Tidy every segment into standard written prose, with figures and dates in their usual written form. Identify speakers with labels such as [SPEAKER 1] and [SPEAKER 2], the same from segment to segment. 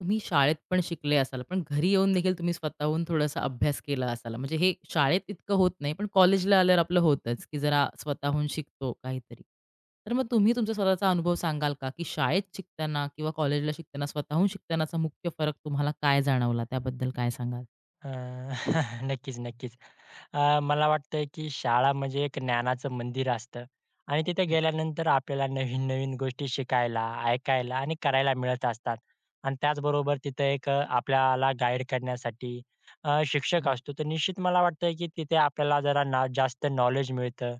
[SPEAKER 1] तुम्ही शाळेत पण शिकले असाल, पण घरी येऊन देखील तुम्ही स्वतःहून थोडासा अभ्यास केला असाल. म्हणजे हे शाळेत इतकं होत नाही, पण कॉलेजला आल्यावर आपलं होतंच, की जरा स्वतःहून शिकतो काहीतरी. तर मग तुम्ही तुमचा स्वतःचा अनुभव सांगाल का, की शाळेत शिकताना किंवा कॉलेजला शिकताना स्वतःहून शिकतानाचा मुख्य फरक तुम्हाला काय जाणवला? त्याबद्दल काय सांगाल?
[SPEAKER 2] अ, नक्कीच, नक्कीच. मला वाटतंय की शाळा म्हणजे एक ज्ञानाचं मंदिर असतं आणि तिथे
[SPEAKER 1] हं,
[SPEAKER 2] गेल्यानंतर आपल्याला नवीन-नवीन गोष्टी शिकायला, ऐकायला आणि करायला मिळत असतात. आणि त्याचबरोबर तिथे एक आपल्याला गाईड करण्यासाठी
[SPEAKER 1] हं,
[SPEAKER 2] शिक्षक
[SPEAKER 1] हं.
[SPEAKER 2] असतो. तर निश्चित मला वाटतं की तिथे आपल्याला जरा ना जास्त नॉलेज मिळतं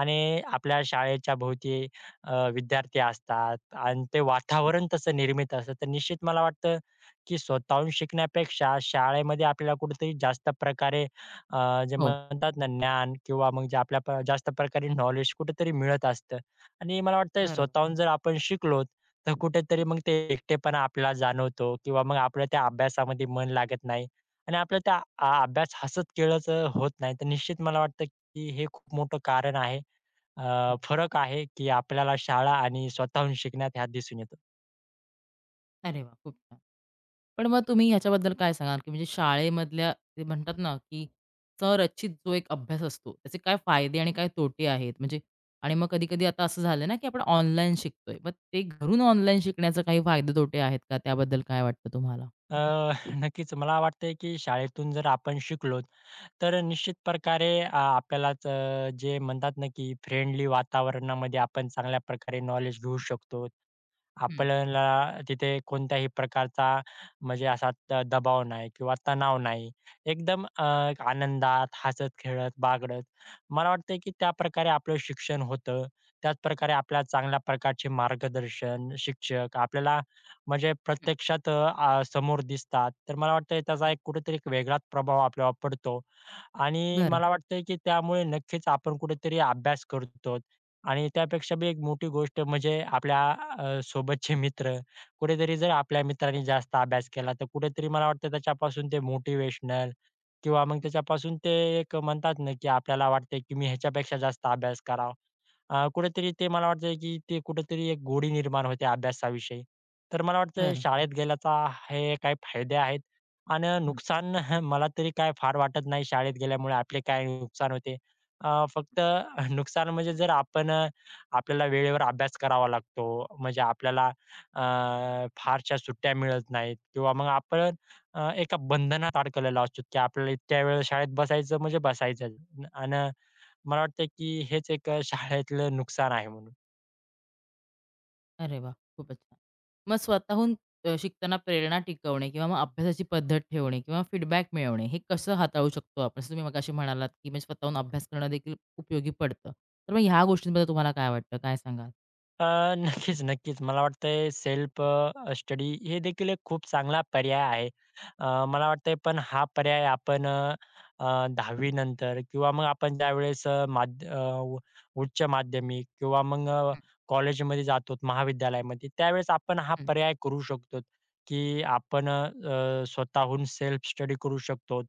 [SPEAKER 2] आणि आपल्या शाळेच्या भोवती विद्यार्थी असतात आणि ते वातावरण तसं निर्मित असतं. तर निश्चित मला वाटतं की स्वतःहून शिकण्यापेक्षा शाळेमध्ये आपल्याला कुठेतरी जास्त प्रकारे जे
[SPEAKER 1] हो.
[SPEAKER 2] म्हणतात ना ज्ञान किंवा मग जे आपल्या जास्त प्रकारे नॉलेज कुठेतरी मिळत असतं. आणि मला वाटतंय
[SPEAKER 1] बरोबर.
[SPEAKER 2] स्वतःहून जर आपण शिकलो, तर
[SPEAKER 1] हं,
[SPEAKER 2] कुठेतरी मग ते एकटेपणा आपल्याला जाणवतो किंवा मग आपल्या त्या अभ्यासामध्ये मन लागत नाही आणि आपल्या त्या अभ्यास हसत खेळत होत नाही. तर निश्चित मला वाटतं की हे खूप मोठं कारण आहे.
[SPEAKER 1] हं.
[SPEAKER 2] फरक आहे की आपल्याला शाळा आणि स्वतःहून शिकण्यात ह्यात दिसून येतो.
[SPEAKER 1] अरे वाह! खूप छान. पण मग तुम्ही ह्याच्याबद्दल काय सांगाल, की म्हणजे शाळेमधल्या ते म्हणतात ना, की संरचित जो एक अभ्यास असतो, त्याचे काय फायदे आणि काय तोटे आहेत? म्हणजे आणि मग कधी-कधी आता असं झालं ना, की आपण ऑनलाईन शिकतोय. मग ते घरून ऑनलाईन शिकण्याचे काही फायदे तोटे आहेत का? त्याबद्दल काय वाटतं तुम्हाला?
[SPEAKER 2] अ, नक्कीच मला वाटतंय की शाळेतून जर आपण शिकलो, तर निश्चित प्रकारे आपल्यालाच जे म्हणतात ना, की फ्रेंडली वातावरणामध्ये आपण चांगल्या प्रकारे नॉलेज घेऊ शकतो.
[SPEAKER 1] हं,
[SPEAKER 2] आपल्याला तिथे कोणत्याही प्रकारचा म्हणजे असा दबाव नाही किंवा तणाव नाही. एकदम आनंदात, हसत-खेळत, बागडत मला वाटतंय की त्याप्रकारे आपलं शिक्षण होतं. त्याचप्रकारे आपल्याला चांगल्या प्रकारचे मार्गदर्शन, शिक्षक आपल्याला म्हणजे
[SPEAKER 1] हं,
[SPEAKER 2] प्रत्यक्षात समोर दिसतात. तर मला वाटतंय त्याचा
[SPEAKER 1] हं.
[SPEAKER 2] एक कुठेतरी एक वेगळाच प्रभाव आपल्यावर पडतो. आणि
[SPEAKER 1] बरं.
[SPEAKER 2] मला वाटतंय की त्यामुळे नक्कीच आपण कुठेतरी अभ्यास करतो. आणि
[SPEAKER 1] हं,
[SPEAKER 2] त्यापेक्षा बी एक मोठी गोष्ट म्हणजे आपल्या सोबतचे मित्र. कुठेतरी जर आपल्या मित्रांनी जास्त अभ्यास केला, तर कुठेतरी मला वाटतं त्याच्यापासून ते मोटिव्हेशनल किंवा मग
[SPEAKER 1] हं.
[SPEAKER 2] त्याच्यापासून ते एक म्हणतात ना, की आपल्याला वाटतंय की मी ह्याच्यापेक्षा जास्त अभ्यास करावा. कुठेतरी ते मला वाटतंय की ते कुठेतरी एक गोडी निर्माण होते अभ्यासाविषयी. तर मला वाटतंय
[SPEAKER 1] बरं.
[SPEAKER 2] शाळेत गेल्याचा हे काही फायदे आहेत आणि नुकसान मला तरी काय फार वाटत नाही शाळेत गेल्यामुळे आपले काय नुकसान होते. फक्त नुकसान म्हणजे जर आपण आपल्याला वेळेवर अभ्यास करावा लागतो. म्हणजे आपल्याला अ, फारशा सुट्ट्या मिळत नाहीत किंवा मग आपण एका बंधनात अडकलेलो असतो की आपल्याला इतक्या वेळ शाळेत बसायचं म्हणजे बसायचं. अन् मला वाटतं की हेच एक शाळेतलं नुकसान आहे म्हणून.
[SPEAKER 1] अरे वाह! खूपच छान. मग स्वतःहून शिकताना प्रेरणा टिकवणे किंवा मग अभ्यासाची पद्धत ठेवणे किंवा फीडबॅक मिळवणे, हे कसं हाताळू शकतो आपण? जसं तुम्ही मगाशी म्हणालात, की म्हणजे स्वतःहून अभ्यास करणं देखील उपयोगी पडतं. तर मग ह्या गोष्टींबद्दल तुम्हाला काय वाटतं? काय सांगाल?
[SPEAKER 2] अ, नक्कीच, नक्कीच. मला वाटतंय सेल्फ स्टडी हे देखील एक खूप चांगला पर्याय आहे. मला वाटतंय पण हा पर्याय आपण अ, अ, 10वी नंतर किंवा मग आपण ज्यावेळेस अ, माध्य अ, उ उच्च माध्यमिक किंवा मग
[SPEAKER 1] हं,
[SPEAKER 2] कॉलेजमध्ये जातो, महाविद्यालयामध्ये त्यावेळेस आपण हा
[SPEAKER 1] हं,
[SPEAKER 2] पर्याय करू शकतो, की आपण अ, अ, स्वतःहून सेल्फ स्टडी करू शकतो.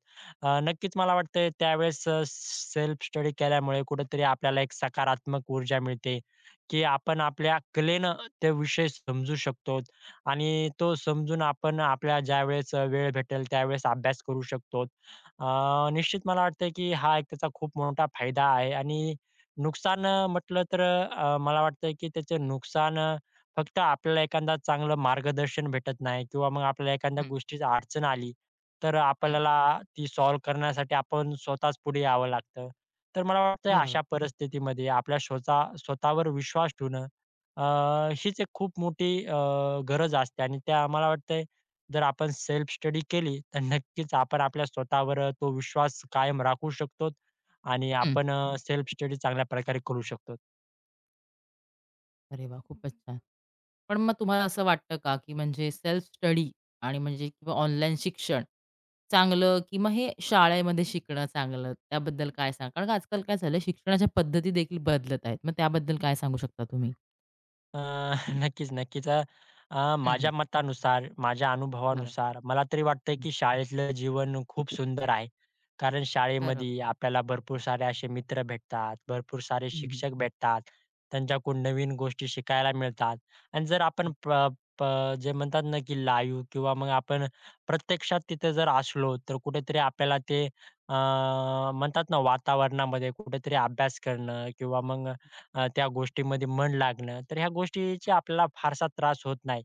[SPEAKER 2] नक्कीच मला वाटतंय त्यावेळेस सेल्फ स्टडी केल्यामुळे कुठेतरी आपल्याला एक सकारात्मक ऊर्जा मिळते. की आपण आपल्या कलेनं ते विषय समजू शकतो आणि तो समजून आपण आपल्या ज्यावेळेस वेळ भेटेल त्यावेळेस अभ्यास करू शकतो. निश्चित मला वाटतं की हा एक त्याचा खूप मोठा फायदा आहे आणि नुकसान म्हटलं तर मला वाटतं की त्याचं नुकसान फक्त आपल्याला एखादा चांगलं मार्गदर्शन भेटत नाही किंवा मग आपल्याला एखाद्या
[SPEAKER 1] हं,
[SPEAKER 2] गोष्टीची अडचण आली, तर
[SPEAKER 1] हं.
[SPEAKER 2] आपल्याला ती सॉल्व्ह करण्यासाठी आपण स्वतःच पुढे यावं लागतं. तर मला वाटतंय
[SPEAKER 1] बरोबर.
[SPEAKER 2] अशा परिस्थितीमध्ये आपल्या स्वतःवर विश्वास ठेवणं अ, हीच एक खूप मोठी गरज असते आणि त्या मला वाटतंय जर आपण सेल्फ स्टडी केली तर नक्कीच आपण आपल्या स्वतःवर तो विश्वास कायम राखू शकतो आणि
[SPEAKER 1] हं.
[SPEAKER 2] आपण सेल्फ स्टडी चांगल्या प्रकारे करू शकतो.
[SPEAKER 1] अरे वाह! खूपच छान. पण मग तुम्हाला असं वाटतं का, की म्हणजे सेल्फ स्टडी आणि म्हणजे किंवा ऑनलाईन शिक्षण चांगलं की मग हे शाळेमध्ये शिकणं चांगलं, त्याबद्दल काय सांगाल? कारण का आजकाल काय झालं शिक्षणाच्या पद्धती देखील बदलत आहेत. मग त्याबद्दल काय सांगू शकता तुम्ही?
[SPEAKER 2] अ, नक्कीच, नक्कीच. अ, अ,
[SPEAKER 1] हं, हं.
[SPEAKER 2] माझ्या मतानुसार, माझ्या
[SPEAKER 1] बरं.
[SPEAKER 2] अनुभवानुसार मला तरी वाटतंय,
[SPEAKER 1] हं.
[SPEAKER 2] की शाळेतलं जीवन खूप सुंदर आहे. कारण
[SPEAKER 1] बरोबर.
[SPEAKER 2] शाळेमध्ये आपल्याला भरपूर सारे असे मित्र भेटतात, भरपूर सारे
[SPEAKER 1] हं, हं.
[SPEAKER 2] शिक्षक भेटतात. त्यांच्याकडून नवीन गोष्टी शिकायला मिळतात आणि जर
[SPEAKER 1] हं,
[SPEAKER 2] आपण प प जे म्हणतात ना, की लाईव्ह किंवा मग आपण प्रत्यक्षात तिथे जर असलो, तर कुठेतरी आपल्याला ते अ, म्हणतात ना, वातावरणामध्ये कुठेतरी अभ्यास करणं किंवा मग त्या गोष्टीमध्ये मन लागणं, तर ह्या गोष्टीचा आपल्याला फारसा त्रास होत नाही.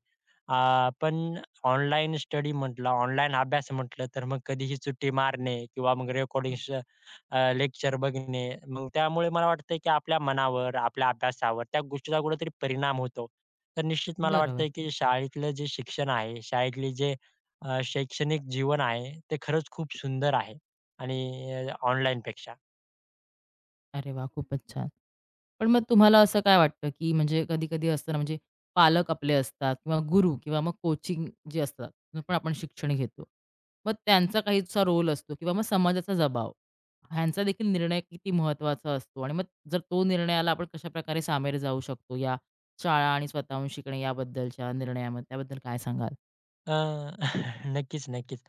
[SPEAKER 2] अ, पण ऑनलाईन स्टडी म्हटलं, ऑनलाईन अभ्यास म्हटलं, तर मग कधीही सुट्टी मारणे किंवा मग रेकॉर्डिंग्स लेक्चर बघणे, मग त्यामुळे मला वाटतंय की आपल्या मनावर, आपल्या अभ्यासावर त्या गोष्टीचा कुठेतरी परिणाम होतो. तर निश्चित मला
[SPEAKER 1] बरोबर.
[SPEAKER 2] वाटतंय की शाळेतलं जे शिक्षण आहे, शाळेतले जे शैक्षणिक जीवन आहे, ते खरंच खूप सुंदर आहे आणि ऑनलाईनपेक्षा.
[SPEAKER 1] अरे वाह! खूपच छान. पण मग तुम्हाला असं काय वाटतं, की म्हणजे कधी-कधी असतं ना, म्हणजे पालक आपले असतात किंवा गुरु किंवा मग कोचिंग जे असतात, जे पण आपण शिक्षण घेतो. मग त्यांचा काहीसा रोल असतो किंवा मग समाजाचा दबाव, ह्यांचा देखील निर्णय किती महत्त्वाचा असतो आणि मग जर तो निर्णयाला आपण कशाप्रकारे सामोरे जाऊ शकतो, या शाळा आणि स्वतःहून शिकणे याबद्दलच्या निर्णयामध्ये त्याबद्दल काय सांगाल?
[SPEAKER 2] अ, नक्कीच, नक्कीच.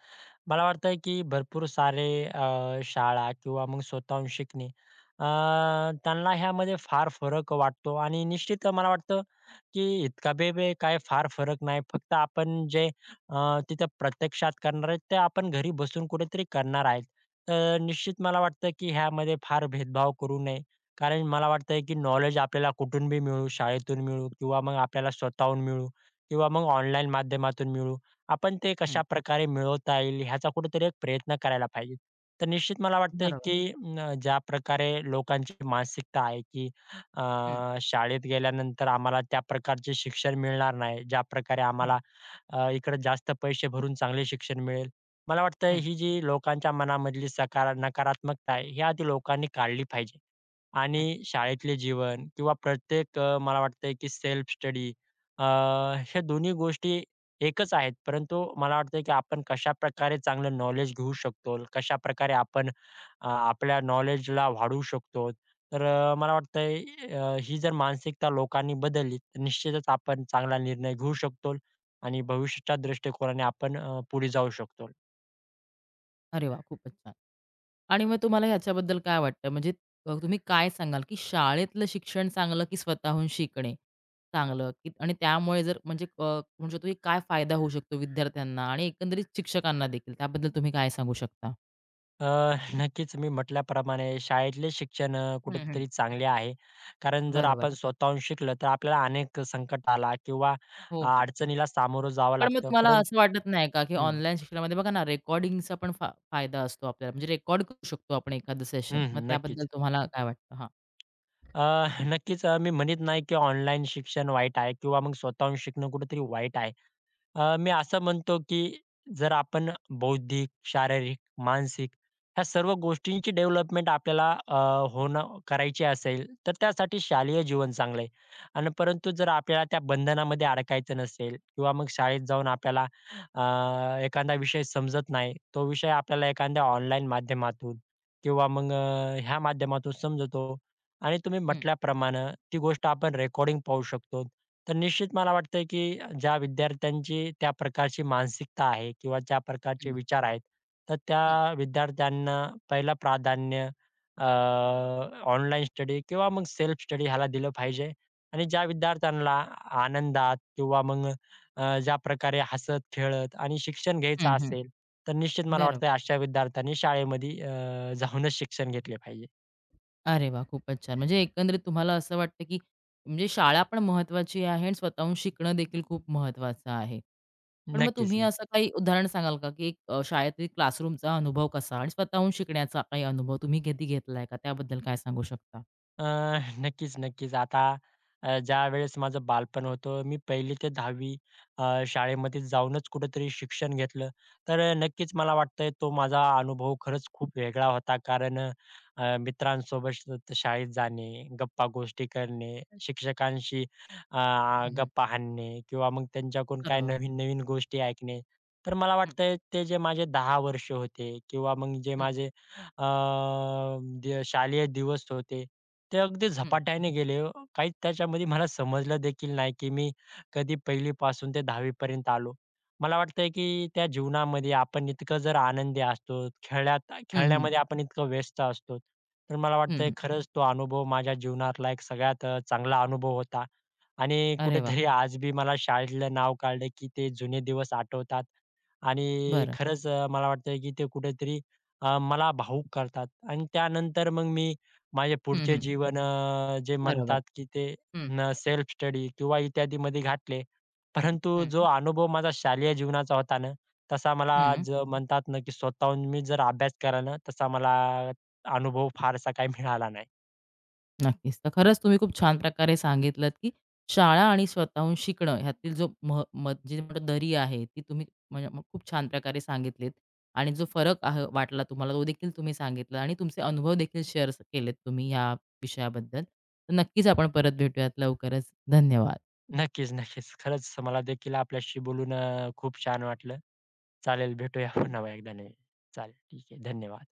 [SPEAKER 2] मला वाटतंय की भरपूर सारे शाळा किंवा मग स्वतःहून शिकणे अ, त्यांना ह्यामध्ये फार फरक वाटतो आणि निश्चित मला वाटतं की इतका बेबे काय फार फरक नाही. फक्त आपण जे तिथं प्रत्यक्षात करणार आहेत, ते आपण घरी बसून कुठेतरी करणार आहेत. तर निश्चित मला वाटतं की ह्यामध्ये फार भेदभाव करू नये. कारण मला वाटतंय की नॉलेज आपल्याला कुठून बी मिळू, शाळेतून मिळू किंवा मग आपल्याला स्वतःहून मिळू किंवा मग ऑनलाईन माध्यमातून मिळू. आपण ते
[SPEAKER 1] हं.
[SPEAKER 2] कशाप्रकारे मिळवता येईल ह्याचा कुठेतरी एक प्रयत्न करायला पाहिजे. तर निश्चित मला वाटतंय
[SPEAKER 1] बरोबर.
[SPEAKER 2] की ज्या प्रकारे लोकांची मानसिकता आहे की अ,
[SPEAKER 1] हं,
[SPEAKER 2] शाळेत गेल्यानंतर आम्हाला त्या प्रकारचे शिक्षण मिळणार नाही, ज्या प्रकारे
[SPEAKER 1] हं,
[SPEAKER 2] आम्हाला इकडे जास्त पैसे भरून चांगले शिक्षण मिळेल. मला वाटतंय
[SPEAKER 1] हं,
[SPEAKER 2] ही जी लोकांच्या मनामधली नकारात्मकता आहे, ही आधी लोकांनी काढली पाहिजे.
[SPEAKER 1] हं.
[SPEAKER 2] आणि शाळेतले जीवन किंवा प्रत्येक मला वाटतंय की सेल्फ स्टडी ह्या दोन्ही गोष्टी एकच आहेत. परंतु मला वाटतंय की आपण कशाप्रकारे चांगलं नॉलेज घेऊ शकतो, कशाप्रकारे आपण आपल्या नॉलेजला वाढवू शकतो. तर मला वाटतंय ही जर मानसिकता लोकांनी बदलली, तर निश्चितच आपण चांगला निर्णय घेऊ शकतो आणि भविष्याच्या दृष्टिकोनाने आपण पुढे जाऊ शकतो.
[SPEAKER 1] अरे वाह! खूपच छान. आणि मग तुम्हाला ह्याच्याबद्दल काय वाटतं? म्हणजे तुम्ही काय सांगाल, की शाळेतलं शिक्षण चांगलं, की स्वतःहून शिकणे चांगलं? की आणि त्यामुळे जर म्हणजे म्हणू शकतो, की काय फायदा होऊ शकतो विद्यार्थ्यांना आणि एकंदरीत शिक्षकांना देखील? त्याबद्दल तुम्ही काय सांगू शकता?
[SPEAKER 2] अ, नक्कीच मी म्हटल्याप्रमाणे शाळेतले शिक्षण
[SPEAKER 1] हं, हं.
[SPEAKER 2] कुठेतरी चांगले आहे. कारण जर
[SPEAKER 1] बरोबर.
[SPEAKER 2] आपण स्वतःहून शिकलं तर आपल्याला अनेक संकट आला किंवा
[SPEAKER 1] हो, हो.
[SPEAKER 2] अडचणीला सामोरं जावं
[SPEAKER 1] पण मग
[SPEAKER 2] लागतं.
[SPEAKER 1] तुम्हाला
[SPEAKER 2] परंतु
[SPEAKER 1] असं वाटत नाही का, की
[SPEAKER 2] हं,
[SPEAKER 1] ऑनलाईन शिक्षणामध्ये बघा ना, रेकॉर्डिंगचा पण फायदा असतो आपल्याला. म्हणजे रेकॉर्ड करू शकतो आपण एखादं सेशन.
[SPEAKER 2] हं,
[SPEAKER 1] मग
[SPEAKER 2] हं.
[SPEAKER 1] त्याबद्दल
[SPEAKER 2] नक्कीच.
[SPEAKER 1] तुम्हाला काय वाटतं? हां.
[SPEAKER 2] अ, नक्कीच मी म्हणत नाही की ऑनलाईन शिक्षण वाईट आहे किंवा मग स्वतःहून शिकणं कुठेतरी वाईट आहे. मी असं म्हणतो की जर आपण बौद्धिक, शारीरिक, मानसिक ह्या सर्व गोष्टींची डेव्हलपमेंट आपल्याला होणं करायची असेल, तर त्यासाठी शालेय जीवन चांगलं आहे. आणि परंतु जर आपल्याला त्या बंधनामध्ये अडकायचं नसेल किंवा मग शाळेत जाऊन आपल्याला अ, एखादा विषय समजत नाही, तो विषय आपल्याला एखाद्या ऑनलाईन माध्यमातून किंवा मग ह्या माध्यमातून समजतो आणि तुम्ही
[SPEAKER 1] हं.
[SPEAKER 2] म्हटल्याप्रमाणे ती गोष्ट आपण रेकॉर्डिंग पाहू शकतो. तर निश्चित मला वाटतंय, की ज्या विद्यार्थ्यांची त्या प्रकारची मानसिकता आहे किंवा ज्या प्रकारचे
[SPEAKER 1] हं,
[SPEAKER 2] विचार आहेत, तर
[SPEAKER 1] हं.
[SPEAKER 2] त्या विद्यार्थ्यांना पहिलं प्राधान्य अ, ऑनलाईन स्टडी किंवा मग सेल्फ स्टडी ह्याला दिलं पाहिजे. आणि ज्या विद्यार्थ्यांना आनंदात किंवा मग ज्या प्रकारे हसत-खेळत आणि शिक्षण घ्यायचं
[SPEAKER 1] हं, हं.
[SPEAKER 2] असेल, तर निश्चित मला
[SPEAKER 1] बरोबर.
[SPEAKER 2] वाटतंय अशा विद्यार्थ्यांनी शाळेमध्ये जाऊनच शिक्षण घेतले पाहिजे.
[SPEAKER 1] अरे वाह! खूपच छान. म्हणजे एकंदरीत तुम्हाला असं वाटतं, की म्हणजे शाळा पण महत्वाची आहे आणि स्वतःहून शिकणं देखील खूप महत्त्वाचं आहे. पण मग
[SPEAKER 2] नक्कीच,
[SPEAKER 1] तुम्ही असं
[SPEAKER 2] नक्कीच.
[SPEAKER 1] काही उदाहरण सांगाल का, की एक शाळेतील क्लासरूमचा अनुभव कसा आणि स्वतःहून शिकण्याचा काही अनुभव तुम्ही कधी घेतलाय का? त्याबद्दल काय सांगू शकता?
[SPEAKER 2] अ, नक्कीच, नक्कीच. आता ज्यावेळेस माझं बालपण होतं, मी 1ली ते 10वी शाळेमध्ये जाऊनच कुठेतरी शिक्षण घेतलं. तर नक्कीच मला वाटतंय तो माझा अनुभव खरंच खूप वेगळा होता. कारण मित्रांसोबत शाळेत जाणे, गप्पा-गोष्टी करणे, शिक्षकांशी अ,
[SPEAKER 1] हं,
[SPEAKER 2] गप्पा हाणणे किंवा मग त्यांच्याकडून काय
[SPEAKER 1] बरोबर.
[SPEAKER 2] नवीन-नवीन गोष्टी ऐकणे. तर मला
[SPEAKER 1] हं,
[SPEAKER 2] वाटतंय ते जे माझे 10 वर्ष होते किंवा मग जे
[SPEAKER 1] हं,
[SPEAKER 2] माझे अ, जे शालेय दिवस होते, ते अगदी
[SPEAKER 1] हं,
[SPEAKER 2] झपाट्याने गेले. हो. काहीच त्याच्यामध्ये मला समजलं देखील नाही, की मी कधी 1ली पासून ते 10वी पर्यंत आलो. मला वाटतंय, की त्या जीवनामध्ये आपण इतकं जर आनंदी असतो, खेळण्यात
[SPEAKER 1] हं, हं,
[SPEAKER 2] खेळण्यामध्ये आपण इतकं व्यस्त असतो, तर मला वाटतंय
[SPEAKER 1] हं,
[SPEAKER 2] खरंच तो अनुभव माझ्या जीवनातला एक सगळ्यात चांगला अनुभव होता. आणि
[SPEAKER 1] अरे वाह!
[SPEAKER 2] कुठेतरी आज बी मला शाळेतलं नाव काढलं की ते जुने दिवस आठवतात आणि
[SPEAKER 1] बरं.
[SPEAKER 2] खरंच मला वाटतंय की ते कुठेतरी मला भावुक करतात आणि त्यानंतर मग मी माझे
[SPEAKER 1] हं,
[SPEAKER 2] पुढचे
[SPEAKER 1] हं.
[SPEAKER 2] जीवन जे
[SPEAKER 1] बरोबर.
[SPEAKER 2] म्हणतात की ते
[SPEAKER 1] हं,
[SPEAKER 2] सेल्फ स्टडी किंवा इत्यादी मध्ये घातले. परंतु
[SPEAKER 1] हं,
[SPEAKER 2] जो अनुभव माझा शालेय जीवनाचा होता ना, तसा मला
[SPEAKER 1] हं.
[SPEAKER 2] म्हणतात ना की स्वतःहून मी जर अभ्यास केला ना, तसा मला अनुभव फारसा काही मिळाला नाही.
[SPEAKER 1] नक्कीच. तर खरंच तुम्ही खूप छान प्रकारे सांगितलत, की शाळा आणि स्वतःहून शिकणं ह्यातील जो मह म जे म्हणतो दरी आहे, ती तुम्ही म्हणजे खूप छान प्रकारे सांगितलीत आणि जो फरक आहे वाटला तुम्हाला तो देखील तुम्ही सांगितला आणि तुमचे अनुभव देखील शेअर केलेत तुम्ही ह्या विषयाबद्दल. तर नक्कीच आपण परत भेटूयात लवकरच. धन्यवाद.
[SPEAKER 2] नक्कीच, नक्कीच. खरंच मला देखील आपल्याशी बोलून खूप छान वाटलं. चालेल, भेटूया पुन्हा एकदा. नाही, चालेल. ठीक आहे. धन्यवाद.